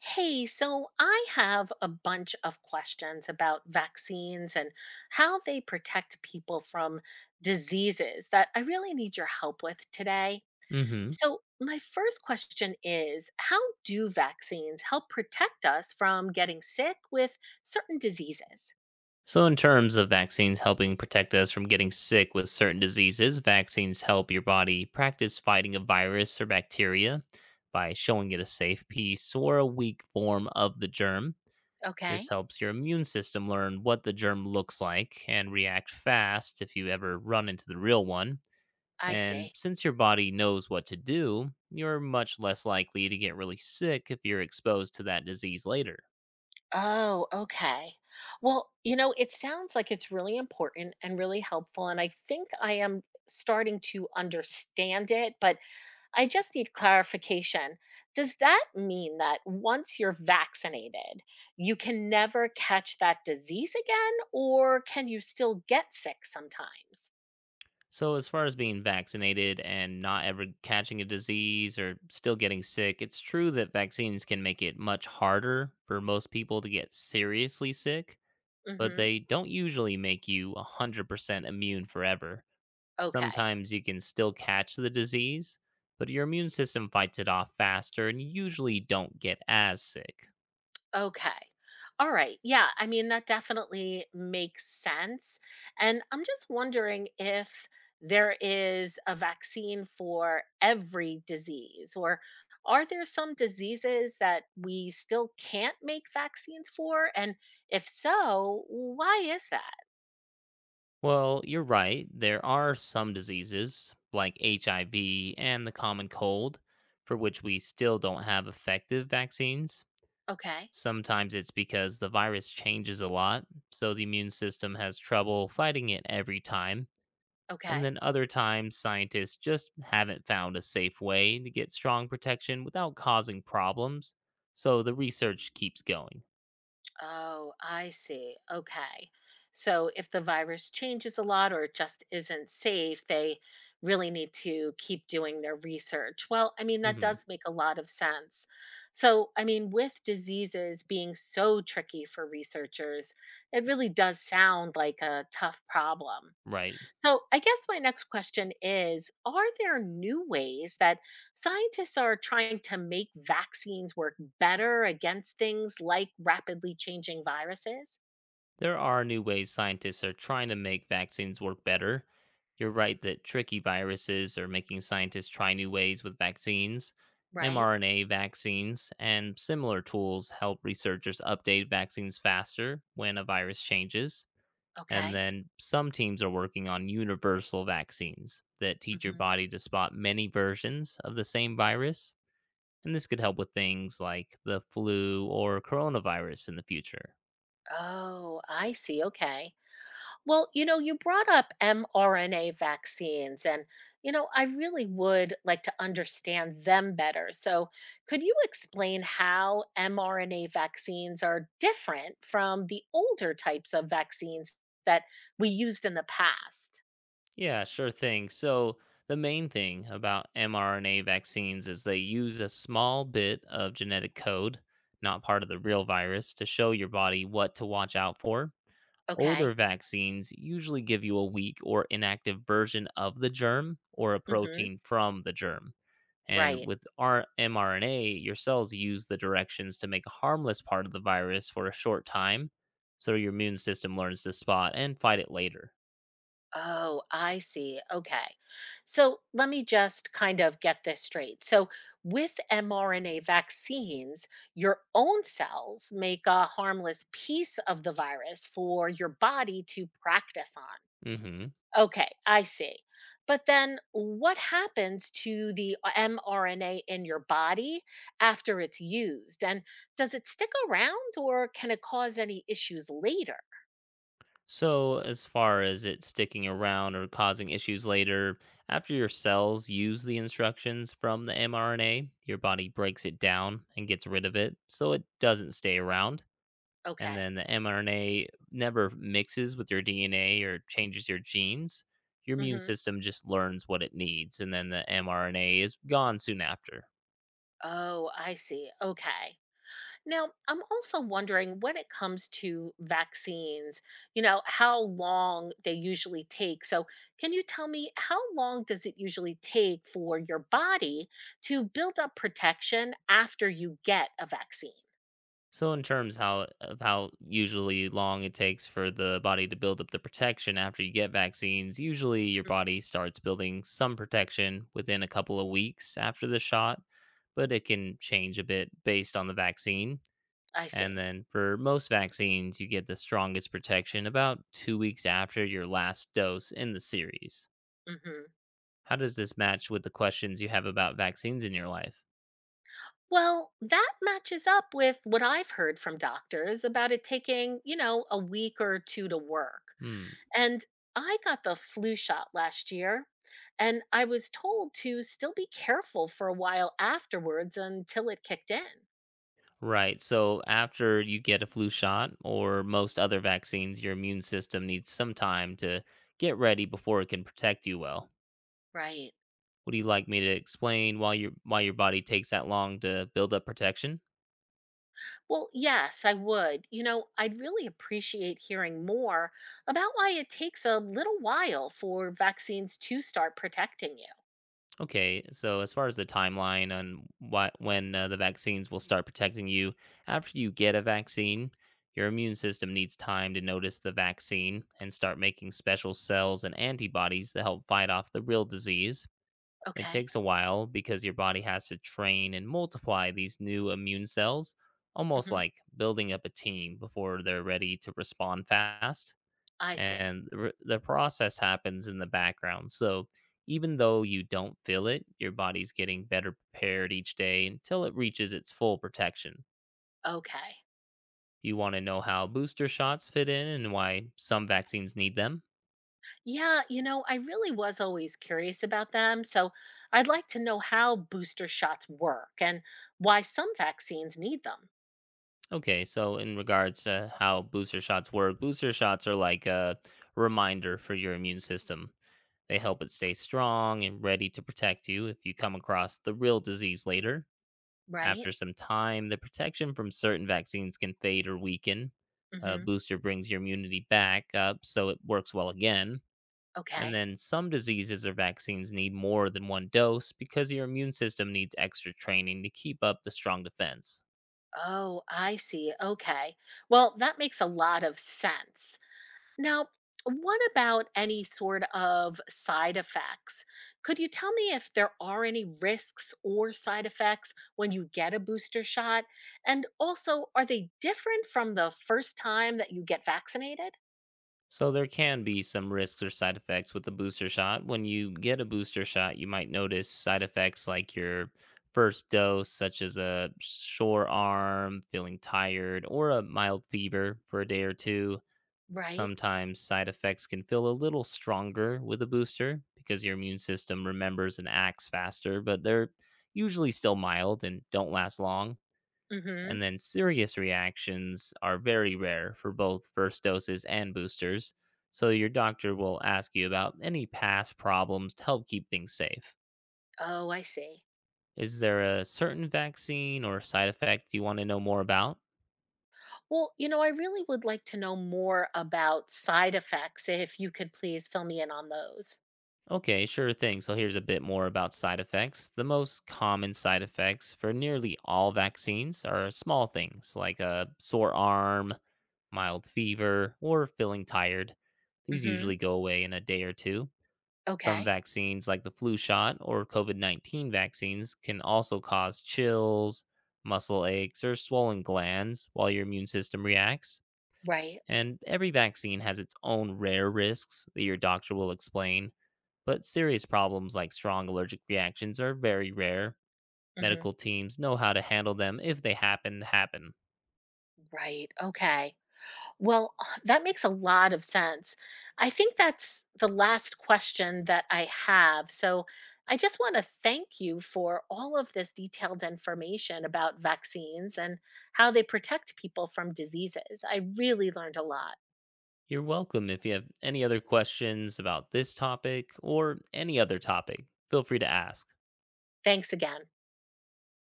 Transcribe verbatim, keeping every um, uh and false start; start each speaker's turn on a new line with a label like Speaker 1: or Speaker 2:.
Speaker 1: Hey, so I have a bunch of questions about vaccines and how they protect people from diseases that I really need your help with today.
Speaker 2: hmm
Speaker 1: So, my first question is, how do vaccines help protect us from getting sick with certain diseases?
Speaker 2: So, in terms of vaccines helping protect us from getting sick with certain diseases, vaccines help your body practice fighting a virus or bacteria by showing it a safe piece or a weak form of the germ. This
Speaker 1: Okay,
Speaker 2: helps your immune system learn what the germ looks like and react fast if you ever run into the real one.
Speaker 1: I
Speaker 2: And
Speaker 1: see.
Speaker 2: since your body knows what to do, you're much less likely to get really sick if you're exposed to that disease later.
Speaker 1: Oh, okay. Well, you know, it sounds like it's really important and really helpful. And I think I am starting to understand it, but I just need clarification. Does that mean that once you're vaccinated, you can never catch that disease again, or can you still get sick sometimes?
Speaker 2: So, as far as being vaccinated and not ever catching a disease or still getting sick, it's true that vaccines can make it much harder for most people to get seriously sick, but
Speaker 1: Hmm.
Speaker 2: they don't usually make you one hundred percent immune forever.
Speaker 1: Okay.
Speaker 2: Sometimes you can still catch the disease, but your immune system fights it off faster and you usually don't get as sick.
Speaker 1: Okay. All right. Yeah. I mean, that definitely makes sense. And I'm just wondering if there is a vaccine for every disease, or are there some diseases that we still can't make vaccines for? And if so, why is that?
Speaker 2: Well, you're right. There are some diseases, like H I V and the common cold, for which we still don't have effective vaccines.
Speaker 1: Okay.
Speaker 2: Sometimes it's because the virus changes a lot, so the immune system has trouble fighting it every time. And
Speaker 1: Okay.
Speaker 2: then other times, scientists just haven't found a safe way to get strong protection without causing problems, so the research keeps going.
Speaker 1: Oh, I see. Okay. So if the virus changes a lot or just isn't safe, they really need to keep doing their research. Well, I mean, that
Speaker 2: Hmm.
Speaker 1: does make a lot of sense. So, I mean, with diseases being so tricky for researchers, it really does sound like a tough problem.
Speaker 2: Right.
Speaker 1: So, I guess my next question is, are there new ways that scientists are trying to make vaccines work better against things like rapidly changing viruses?
Speaker 2: There are new ways scientists are trying to make vaccines work better. You're right that tricky viruses are making scientists try new ways with vaccines.
Speaker 1: Right.
Speaker 2: mRNA vaccines and similar tools help researchers update vaccines faster when a virus changes. And
Speaker 1: Okay.
Speaker 2: then some teams are working on universal vaccines that teach your
Speaker 1: Hmm.
Speaker 2: body to spot many versions of the same virus. And this could help with things like the flu or coronavirus in the future.
Speaker 1: Oh, I see. Okay. Well, you know, you brought up mRNA vaccines, and, you know, I really would like to understand them better. So, could you explain how mRNA vaccines are different from the older types of vaccines that we used in the past?
Speaker 2: Yeah, sure thing. So, the main thing about mRNA vaccines is they use a small bit of genetic code, not part of the real virus, to show your body what to watch out for. Older
Speaker 1: Okay.
Speaker 2: vaccines usually give you a weak or inactive version of the germ or a
Speaker 1: Hmm.
Speaker 2: protein from the germ. And
Speaker 1: Right.
Speaker 2: with our mRNA, your cells use the directions to make a harmless part of the virus for a short time so your immune system learns to spot and fight it later.
Speaker 1: Oh, I see. Okay. So let me just kind of get this straight. So, with mRNA vaccines, your own cells make a harmless piece of the virus for your body to practice on.
Speaker 2: Hmm.
Speaker 1: Okay, I see. But then what happens to the uh, mRNA in your body after it's used? And does it stick around or can it cause any issues later?
Speaker 2: So, as far as it sticking around or causing issues later, after your cells use the instructions from the mRNA, your body breaks it down and gets rid of it so it doesn't stay around. And
Speaker 1: Okay.
Speaker 2: then the mRNA never mixes with your D N A or changes your genes. Your immune
Speaker 1: Mhm.
Speaker 2: system just learns what it needs, and then the mRNA is gone soon after.
Speaker 1: Oh, I see. Okay. Now, I'm also wondering when it comes to vaccines, you know, how long they usually take. So, can you tell me, how long does it usually take for your body to build up protection after you get a vaccine?
Speaker 2: So, in terms how of how usually long it takes for the body to build up the protection after you get vaccines, usually your
Speaker 1: Mhm.
Speaker 2: body starts building some protection within a couple of weeks after the shot, but it can change a bit based on the vaccine.
Speaker 1: I
Speaker 2: And
Speaker 1: see.
Speaker 2: then for most vaccines, you get the strongest protection about two weeks after your last dose in the series.
Speaker 1: Hmm.
Speaker 2: How does this match with the questions you have about vaccines in your life?
Speaker 1: Well, that matches up with what I've heard from doctors about it taking, you know, a week or two to work.
Speaker 2: Hmm.
Speaker 1: And I got the flu shot last year, and I was told to still be careful for a while afterwards until it kicked in.
Speaker 2: Right. So, after you get a flu shot or most other vaccines, your immune system needs some time to get ready before it can protect you well.
Speaker 1: Right.
Speaker 2: Would you like me to explain why your why your body takes that long to build up protection?
Speaker 1: Well, yes, I would. You know, I'd really appreciate hearing more about why it takes a little while for vaccines to start protecting you.
Speaker 2: Okay, so as far as the timeline on why, when uh, the vaccines will start protecting you, after you get a vaccine, your immune system needs time to notice the vaccine and start making special cells and antibodies to help fight off the real disease. It
Speaker 1: Okay.
Speaker 2: takes a while because your body has to train and multiply these new immune cells, almost
Speaker 1: Hmm.
Speaker 2: like building up a team before they're ready to respond fast.
Speaker 1: I see.
Speaker 2: And the re- the process happens in the background. So, even though you don't feel it, your body's getting better prepared each day until it reaches its full protection.
Speaker 1: Okay.
Speaker 2: Do you want to know how booster shots fit in and why some vaccines need them?
Speaker 1: Yeah, you know, I really was always curious about them, so I'd like to know how booster shots work and why some vaccines need them,
Speaker 2: Okay, so in regards to how booster shots work, booster shots are like a reminder for your immune system. They help it stay strong and ready to protect you if you come across the real disease later.
Speaker 1: right?
Speaker 2: After some time, the protection from certain vaccines can fade or weaken. A
Speaker 1: Mhm.
Speaker 2: booster brings your immunity back up so it works well again. And
Speaker 1: Okay.
Speaker 2: then some diseases or vaccines need more than one dose because your immune system needs extra training to keep up the strong defense.
Speaker 1: Oh, I see. Okay. Well, that makes a lot of sense. Now, what about any sort of side effects? Could you tell me if there are any risks or side effects when you get a booster shot? And also, are they different from the first time that you get vaccinated?
Speaker 2: So, there can be some risks or side effects with the booster shot. When you get a booster shot, you might notice side effects like your first dose, such as a sore arm, feeling tired, or a mild fever for a day or two.
Speaker 1: Right?
Speaker 2: Sometimes side effects can feel a little stronger with a booster because your immune system remembers and acts faster, but they're usually still mild and don't last long.
Speaker 1: Mhm.
Speaker 2: And then serious reactions are very rare for both first doses and boosters, so your doctor will ask you about any past problems to help keep things safe.
Speaker 1: Oh, I see.
Speaker 2: Is there a certain vaccine or side effect you want to know more about?
Speaker 1: Well, you know, I really would like to know more about side effects, if you could please fill me in on those.
Speaker 2: Okay, sure thing. So, here's a bit more about side effects. The most common side effects for nearly all vaccines are small things like a sore arm, mild fever, or feeling tired. These
Speaker 1: Mhm.
Speaker 2: usually go away in a day or two. Some
Speaker 1: Okay.
Speaker 2: vaccines, like the flu shot or COVID nineteen vaccines, can also cause chills, muscle aches, or swollen glands while your immune system reacts.
Speaker 1: Right.
Speaker 2: And every vaccine has its own rare risks that your doctor will explain, but serious problems like strong allergic reactions are very rare.
Speaker 1: Mhm.
Speaker 2: Medical teams know how to handle them if they happen to happen.
Speaker 1: Right. Okay. Well, that makes a lot of sense. I think that's the last question that I have. So, I just want to thank you for all of this detailed information about vaccines and how they protect people from diseases. I really learned a lot.
Speaker 2: You're welcome. If you have any other questions about this topic or any other topic, feel free to ask.
Speaker 1: Thanks again.